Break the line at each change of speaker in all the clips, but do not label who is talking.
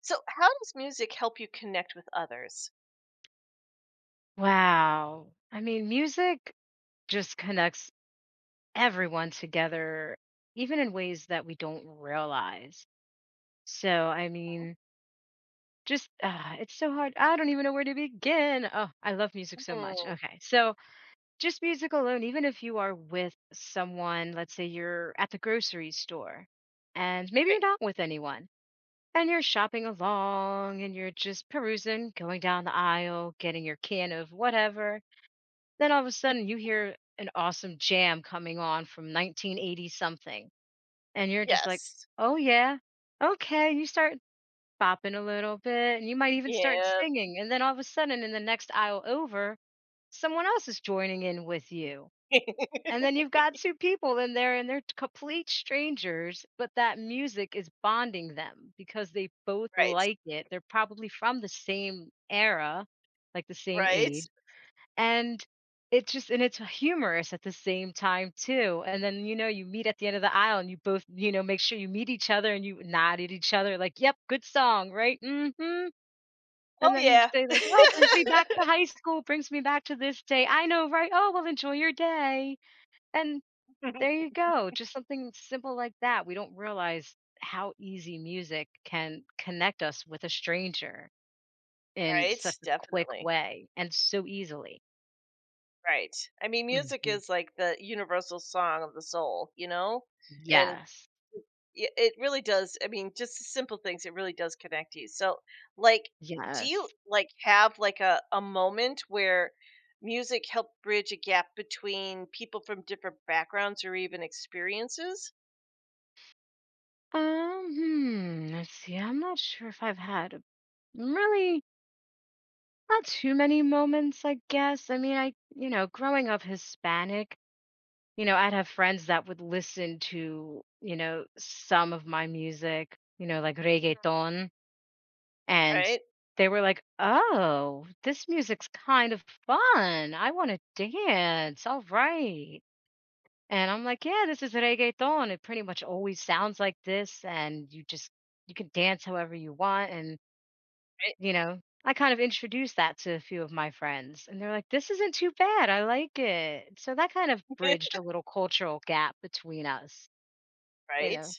So, how does music help you connect with others?
Wow. I mean, music just connects everyone together, even in ways that we don't realize. So, I
Mhm.
mean, just it's so hard. I don't even know where to begin. Oh, I love music so much.
Hmm,
Okay. So, just music alone, even if you are with someone, let's say you're at the grocery store and maybe you're
right.
not with anyone and you're shopping along and you're just perusing, going down the aisle, getting your can of whatever. Then all of a sudden you hear an awesome jam coming on from 1980 something. And you're just like,
Yes.
oh, yeah, okay. You start bopping a little bit and you might even start
Yep.
singing. And then all of a sudden in the next aisle over, someone else is joining in with you. And then you've got two people in there and they're complete strangers, but that music is bonding them because they both
Right.
like it. They're probably from the same era, like the same
Right.
age. And it's just and it's humorous at the same time too. And then, you know, you meet at the end of the aisle and you both, you know, make sure you meet each other and you nod at each other like, "Yep, good song, right? Mhm."
Oh,
And then you
yeah.
say like, "Oh, brings me back to high school, brings me back to this day. I know, right? Oh, well, enjoy your day." And there you go. Just something simple like that. We don't realize how easy music can connect us with a stranger in
Right,
such a quick
definitely.
way and so easily.
Right. I mean, music
Mhm.
is like the universal song of the soul, you know? And
Yes.
Yeah, it really does. I mean, just the simple things, it really does connect you. So, like, do you
Yes.
like have like a moment where music helped bridge a gap between people from different backgrounds or even experiences?
Hmm, let's see. I'm not sure if I've had really not too many moments, I guess. I mean, I, you know, growing up Hispanic, you know, I'd have friends that would listen to, you know, some of my music, you know, like reggaeton, and
Right?
they were like, "Oh, this music's kind of fun. I want to dance." All right. And I'm like, "Yeah, this is reggaeton. It pretty much always sounds like this, and you just you can dance however you want." And,
Right?
you know, I kind of introduced that to a few of my friends, and they're like, "This isn't too bad. I like it." So that kind of bridged a little cultural gap between us, you
Right?
know.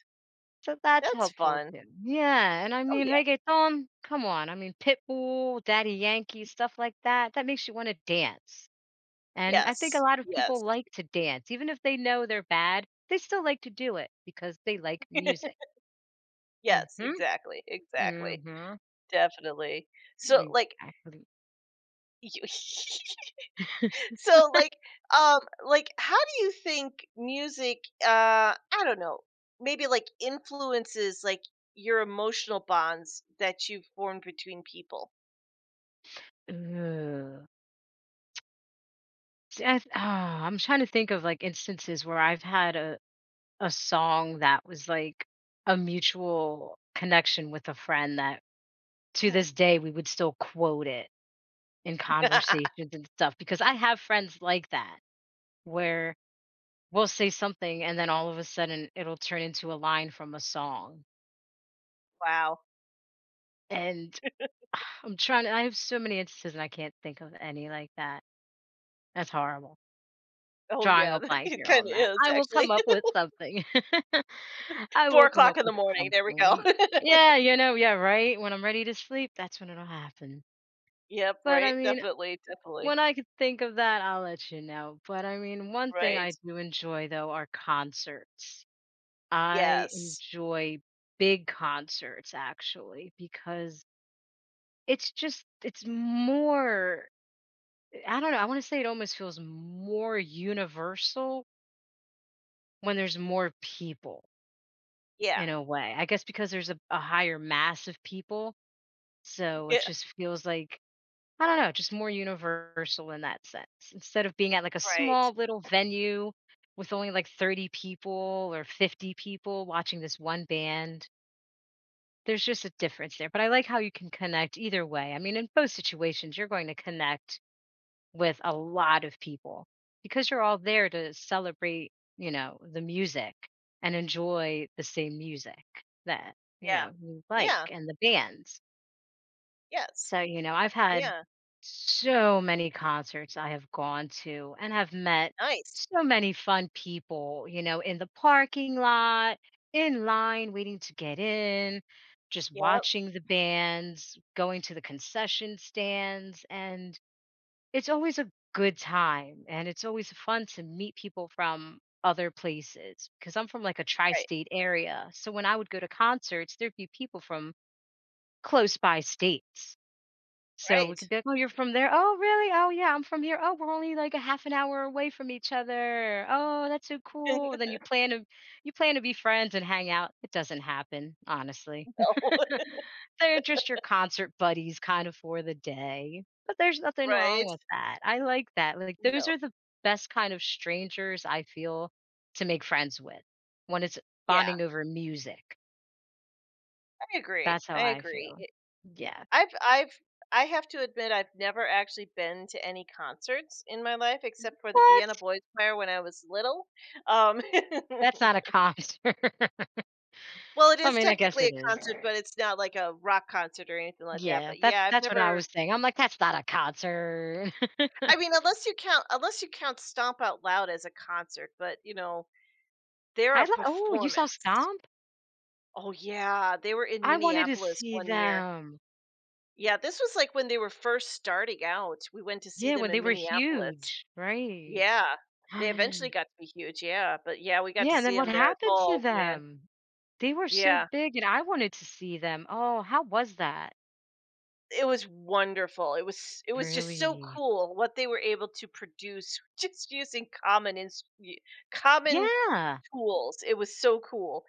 So that's
That's
helpful
fun.
too. Yeah, and I
Oh
mean
yeah.
reggaeton, come on. I mean Pitbull, Daddy Yankee, stuff like that. That makes you want to dance. And I think a
Yes.
lot of
Yes.
people like to dance, even if they know they're bad, they still like to do it because they like music. Mm.
Yes,
Mhm,
exactly. Exactly.
mm
Definitely. So,
mhm,
like,
exactly.
you So, like, how do you think music, I don't know, maybe like influences like your emotional bonds that you've formed between people?
Ugh. See, I'm trying to think of, like, instances where I've had a song that was, like, a mutual connection with a friend that to
Mhm.
this day, we would still quote it in conversations and stuff because I have friends like that, where we'll say something and then all of a sudden it'll turn into a line from a song.
Wow.
And I'm trying to, I have so many instances and I can't think of any like that. That's horrible.
Oh
Drawing
yeah,
a blank
it
here
kind
on
of
that.
is
I will come
actually.
up with something. I
Four
will come
o'clock
up
in the
with
morning. There we go.
something. Yeah, you know, yeah, right. When I'm ready to sleep, that's when it'll happen.
Yep.
But I
Right.
mean,
Definitely. Definitely.
when I could think of that, I'll let you know. But I mean, one thing
Right.
I do enjoy though are concerts. I
Yes.
enjoy big concerts actually because it's just it's more I don't know, I want to say it almost feels more universal when there's more people
Yeah.
in a way. I guess because there's a higher mass of people, so it
Yeah.
just feels like I don't know, just more universal in that sense. Instead of being at like a
Right.
small little venue with only like 30 people or 50 people watching this one band. There's just a difference there, but I like how you can connect either way. I mean, in both situations, you're going to connect with a lot of people because you're all there to celebrate, you know, the music and enjoy the same music that, you
Yeah.
know, you like
Yeah.
and the bands.
Yes.
So, you know, I've had
Yeah.
so many concerts I have gone to and have met
Nice.
so many fun people, you know, in the parking lot, in line, waiting to get in, just
Yeah.
watching the bands, going to the concession stands. And it's always a good time. And it's always fun to meet people from other places because I'm from like a tri
Right.
state area. So when I would go to concerts, there'd be people from close by states. So we
Right.
could be like, "Oh, you're from there? Oh, really? Oh, yeah, I'm from here. Oh, we're only like a half an hour away from each other. Oh, that's so cool." Then you plan to be friends and hang out. It doesn't happen, honestly.
No.
They're just your concert buddies kind of for the day. But there's nothing wrong
Right.
with that. I like that. Like those
No.
are the best kind of strangers I feel to make friends with when it's
Yeah,
bonding over music.
I agree,
That's how
I
I
agree.
feel.
It
Yeah.
I've I have to admit I've never actually been to any concerts in my life except for the
What?
Vienna Boys Choir when I was little. Um,
That's not a concert.
well, it
I
is
mean, I guess
technically a
it is.
concert, but it's not like a rock concert or anything like that,
Yeah,
but
that's
yeah,
that's what I was saying. I'm like, "That's not a concert."
I mean, unless you count Stomp Out Loud as a concert, but, they're
I
a
lo oh, you saw
performance.
Stomp?
Oh, yeah, they were in
I wanted to
Minneapolis
see
one year.
them.
Yeah, this was like when they were first starting out. We went to see
Yeah,
them
when they
in
were
Minneapolis.
huge, right.
Yeah. They eventually got to be huge, yeah, but yeah, we got to
Yeah, and then
see
what
them there.
happened to
Oh, man.
them? They were so
Yeah.
big, and I wanted to see them. Oh, how was that?
It was wonderful. It was just so
Really?
cool what they were able to produce just using common ins y common
Yeah,
tools. It was so cool.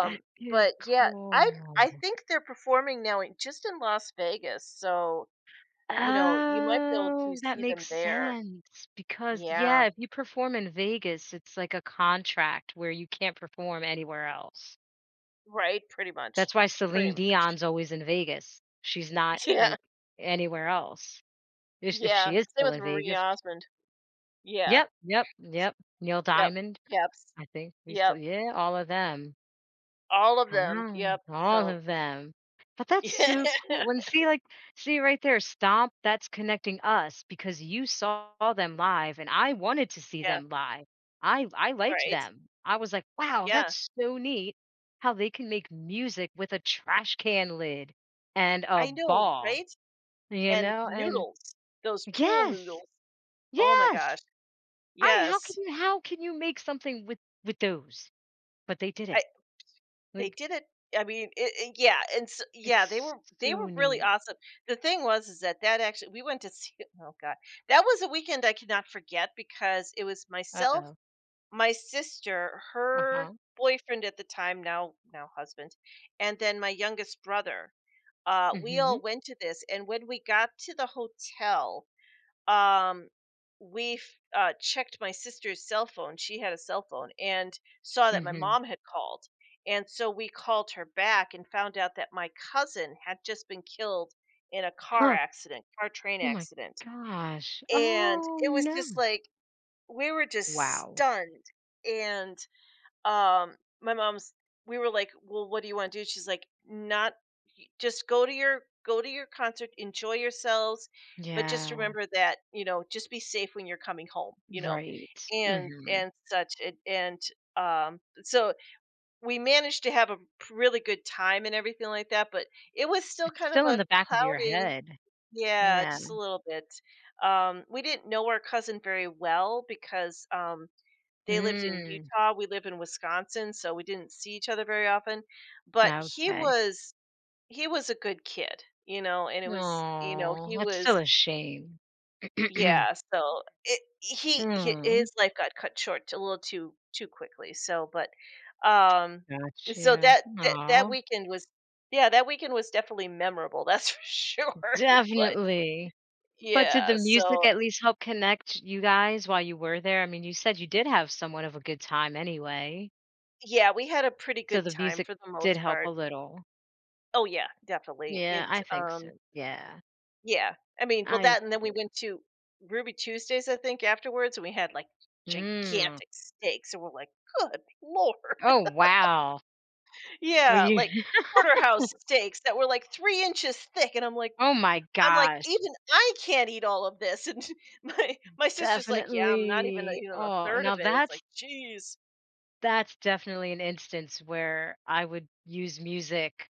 that is
but yeah, I
cool.
I think they're performing now in just in Las Vegas, so, you might be able to
Oh, that
see them
makes
there.
sense because,
Yeah.
yeah, if you perform in Vegas, it's like a contract where you can't perform anywhere else.
Right, pretty much.
That's why
Pretty
Celine
much.
Dion's always in Vegas. She's not,
Yeah,
like, anywhere else. If
yeah.
she is
Same
still
with
in
Marie
Vegas.
Osmond. Yeah.
Yep, yep, yep. Neil
Yep.
Diamond,
Yep.
I think we
Yep.
still yeah, all of them.
All of them.
Ah,
Yep.
all
So
of them. But that's so
Yeah.
cool. And see, like, see right there, Stomp, that's connecting us because you saw them live and I wanted to see
Yeah,
them live. I liked
right.
them. I was like, wow,
Yeah.
that's so neat how they can make music with a trash can lid and a
I know,
ball,
right?
you
And
know? And
noodles. Those pool
yes,
noodles. Oh my
yes.
gosh.
I
Yes.
how can you make something with those? But they did it.
I They
Like
did it. I mean, it yeah, and s yeah, they
it's
were they were
so
really
neat.
awesome. The thing was is that actually we went to see oh god. That was a weekend I cannot forget because it was myself,
Uh-oh.
my sister,
Uh-huh.
her boyfriend at the time, now husband, and then my youngest brother. We all
Mhm.
went to this, and when we got to the hotel, um, we checked my sister's cell phone. She had a cell phone, and saw that my
Mhm.
mom had called, and so we called her back and found out that my cousin had just been killed in a car
Huh.
accident, car train
Oh my
accident,
gosh.
and
Oh,
it was just
no.
like we were just
Wow.
stunned. And um my mom's we were like, well, what do you want to do? She's like, not y- just go to your concert, enjoy yourselves, but just
Yeah.
remember that, just be safe when you're coming home, you know.
Right.
and
Mhm.
and such, and so we managed to have a really good time and everything like that, but it was still
It's
kind of
still in
a
the back of your
cloudy,
head.
yeah,
Yeah.
just a little bit. We didn't know our cousin very well because they lived in
Mm.
Utah, we live in Wisconsin, so we didn't see each other very often, but he
Okay.
was he was a good kid, you know, and it was,
Oh,
he
that's
was,
still a shame.
yeah, so it he hi
Mm.
his life got cut short a little too quickly, so but, um so
Gotcha.
that
Oh.
weekend was, yeah, that weekend was definitely memorable, that's for sure, but
Definitely. But did the
yeah,
music
so
at least help connect you guys while you were there? I mean, you said you did have somewhat of a good time anyway,
yeah, we had a pretty
so
good
the
time
music
for the
did
most
help
part.
a little.
Oh, yeah, definitely,
Yeah, I think so.
um
Yeah.
yeah. I mean, well,
I
that and then we went to Ruby Tuesdays, I think, afterwards, and we had, like,
Mm.
gigantic steaks, and we're like, "Good lord."
Oh, wow. Were
Yeah,
you
like, porterhouse steaks that were, like, 3 inches thick, and
oh my
I'm like,
gosh,
"Even I can't eat all of this," and my sister's like, "Yeah, I'm not even a
definitely.
even a
Oh,
third
now
of it." It's
that's
like, "Jeez."
that's definitely an instance where I would use music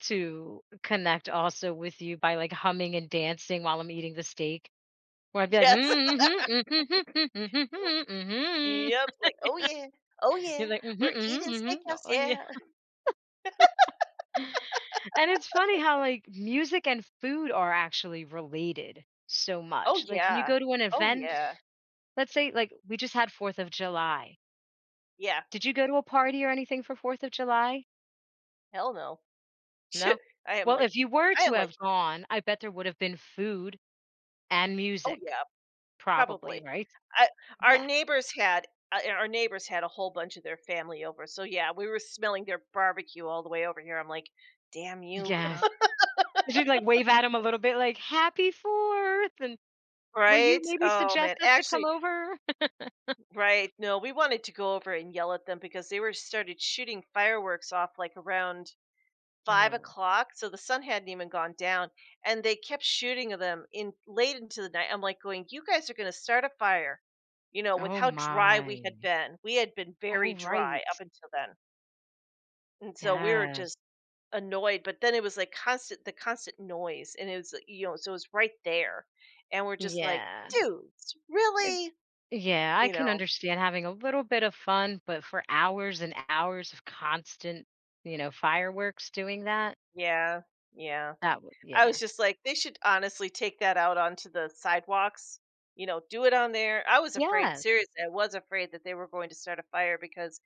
to connect also with you by, like, humming and dancing while I'm eating the steak, where I'd be like,
Yes.
"Mm, mhm, mhm, mhm, mhm, mhm, mhm."
Yep, like, "Oh, yeah. Oh,
You're
yeah.
like, mm
We're
mhm,
eating
mhm."
steakhouse,
Oh, yeah.
yeah."
And it's funny how, like, music and food are actually related so
"Oh,
much. Like, when you
yeah.
go to an
Oh,
event,
yeah.
let's say, like, we just had 4th of July.
Yeah.
Did you go to a party or anything for 4th of July?
Hell no."
No?
I am
Well,
like
if you were
I
to
am
have
like,
gone, I bet there would have been food and
"Oh,
music,
yeah,
probably,
probably."
right?
I Our
Yeah.
neighbors had, a whole bunch of their family over, so, yeah, we were smelling their barbecue all the way over here, I'm like, "Damn you."
Yes. Did you, should like, wave at him a little bit like, "Happy 4th," and, "Will you
Right?
maybe
Oh, man.
suggest us to come
Actually,
over?"
right, no, we wanted to go over and yell at them because they were started shooting fireworks off, like, around 5
Oh.
o'clock, so the sun hadn't even gone down, and they kept shooting of them in late into the night. I'm, like, going, "You guys are gonna start a fire," you know, with
Oh
how dry we had
my.
been. We had been very
Oh,
dry
right.
up until then, and so we were
Yes.
just annoyed, but then it was, like, constant the constant noise, and it was, like, you know, so it was right there, and we're just like,
Yeah.
"Dudes,
Uh,
really?"
yeah, I
You
can
know?
understand having a little bit of fun, but for hours and hours of constant, you know, fireworks doing that,
Yeah, yeah.
that would,
I
yeah.
was just like, they should honestly take that out onto the sidewalks, do it on there. I was afraid,
Yeah.
seriously, I was afraid that they were going to start a fire because,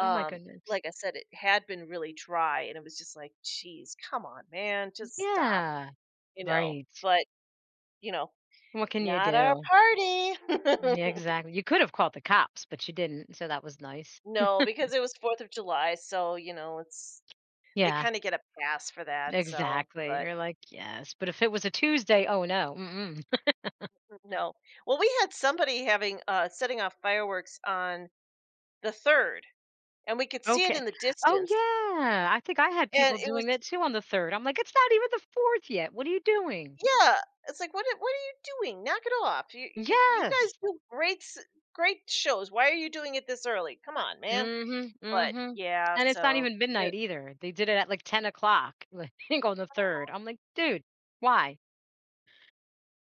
Oh my goodness.
like I said, it had been really dry and it was just like, geez, come on, man, just stop,
Yeah.
you know.
Right.
But, you know,
What can you
not our
do?
party.
Yeah, exactly. You could have called the cops, but you didn't. So that was nice.
No, because it was Fourth of July. So, you know, it's, they
Yeah,
kind of get a pass for that. So,
exactly.
but
You're like, yes. But if it was a Tuesday, oh no. Mm-mm.
no. Well, we had somebody having, setting off fireworks on the 3rd, and we could see it
Okay.
in the
Oh,
distance,
yeah. I think I had
and
people
it was.
doing that too on the third. I'm like, it's not even the fourth yet. What are you doing?
Yeah, it's like, "What are you doing? Knock it off. You guys
Yes.
do great shows. Why are you doing it this early? Come on, man."
Mhm,
But,
mhm.
yeah,
And it's not
so
even
it
midnight either. They did it at like 10 o'clock, like, on the 3rd. I'm like, "Dude, why?"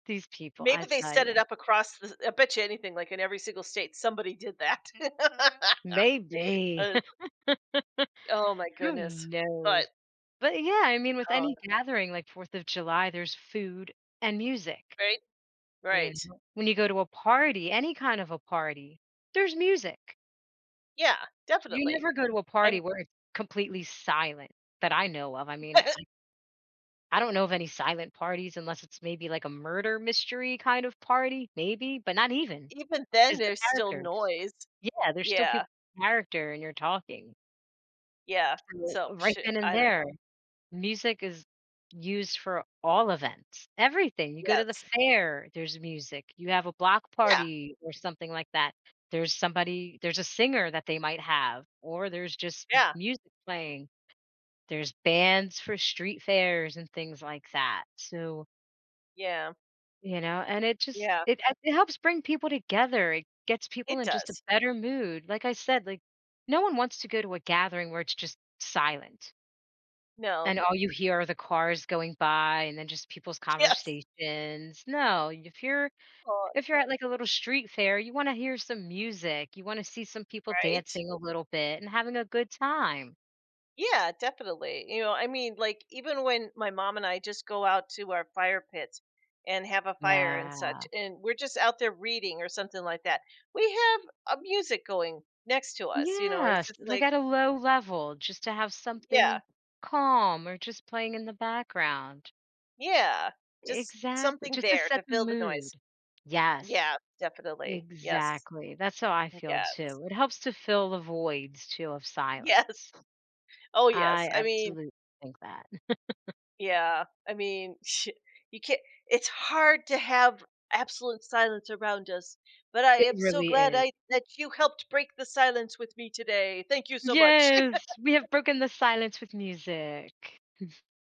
These people, I
maybe they
tell
set it
you,
up across the I bet you anything, like, in every single state, somebody did that.
maybe.
Uh, oh my
Who
goodness. But
knows? But yeah, I mean, with
oh,
any gathering like 4th of July, there's food and music,
right?
you
Right.
know? When you go to a party, any kind of a party, there's music.
Yeah,
You
definitely.
never go to a party
I'm
where it's completely silent that I know of. I mean I don't know of any silent parties unless it's maybe like a murder mystery kind of party, maybe, but not even,
Even then,
'cause they're
there's still
characters.
noise.
Yeah, there's still
Yeah.
people with character and you're talking.
Yeah.
So,
So,
right
psh
then and
I don't
there,
know.
music is used for all events, everything. You go to the
Yes.
fair, there's music. You have a block
Yeah,
party or something like that, there's somebody there's a singer that they might have, or there's just
yeah,
music playing. There's bands for street fairs and things like that. So
yeah,
you know, and it just
yeah.
it helps bring people together, it gets people
It
in just a
does.
better mood. Like I said, like, no one wants to go to a gathering where it's just silent,
No.
and all you hear are the cars going by and then just people's
Yes.
conversations. No,
Oh,
if you're at, like, a little street fair, you wanna hear some music, you wanna see some people
right?
dancing a little bit and having a good time.
Yeah, definitely. You know, I mean, like, even when my mom and I just go out to our fire pits and have a fire and
Yeah.
such, and we're just out there reading or something like that, we have a music going next to us, you know? It's
Yes,
just
like,
like
at a low level, just to have
yeah,
something calm or just playing in the background.
yeah. Just
Exactly,
something
just to
there to
set the
fill the noise.
mood. Yes.
Yeah, definitely. Yes.
Exactly, that's how I feel
Yeah.
too. It helps to fill the voids too of
Yes.
silence.
Oh, yes.
I
I mean,
absolutely think that.
yeah. I mean, you can't. It's hard to have absolute silence around us, but I am
It
so
really
glad
is.
I that you helped break the silence with me today. Thank you so much.
Yes, we have broken the silence with music.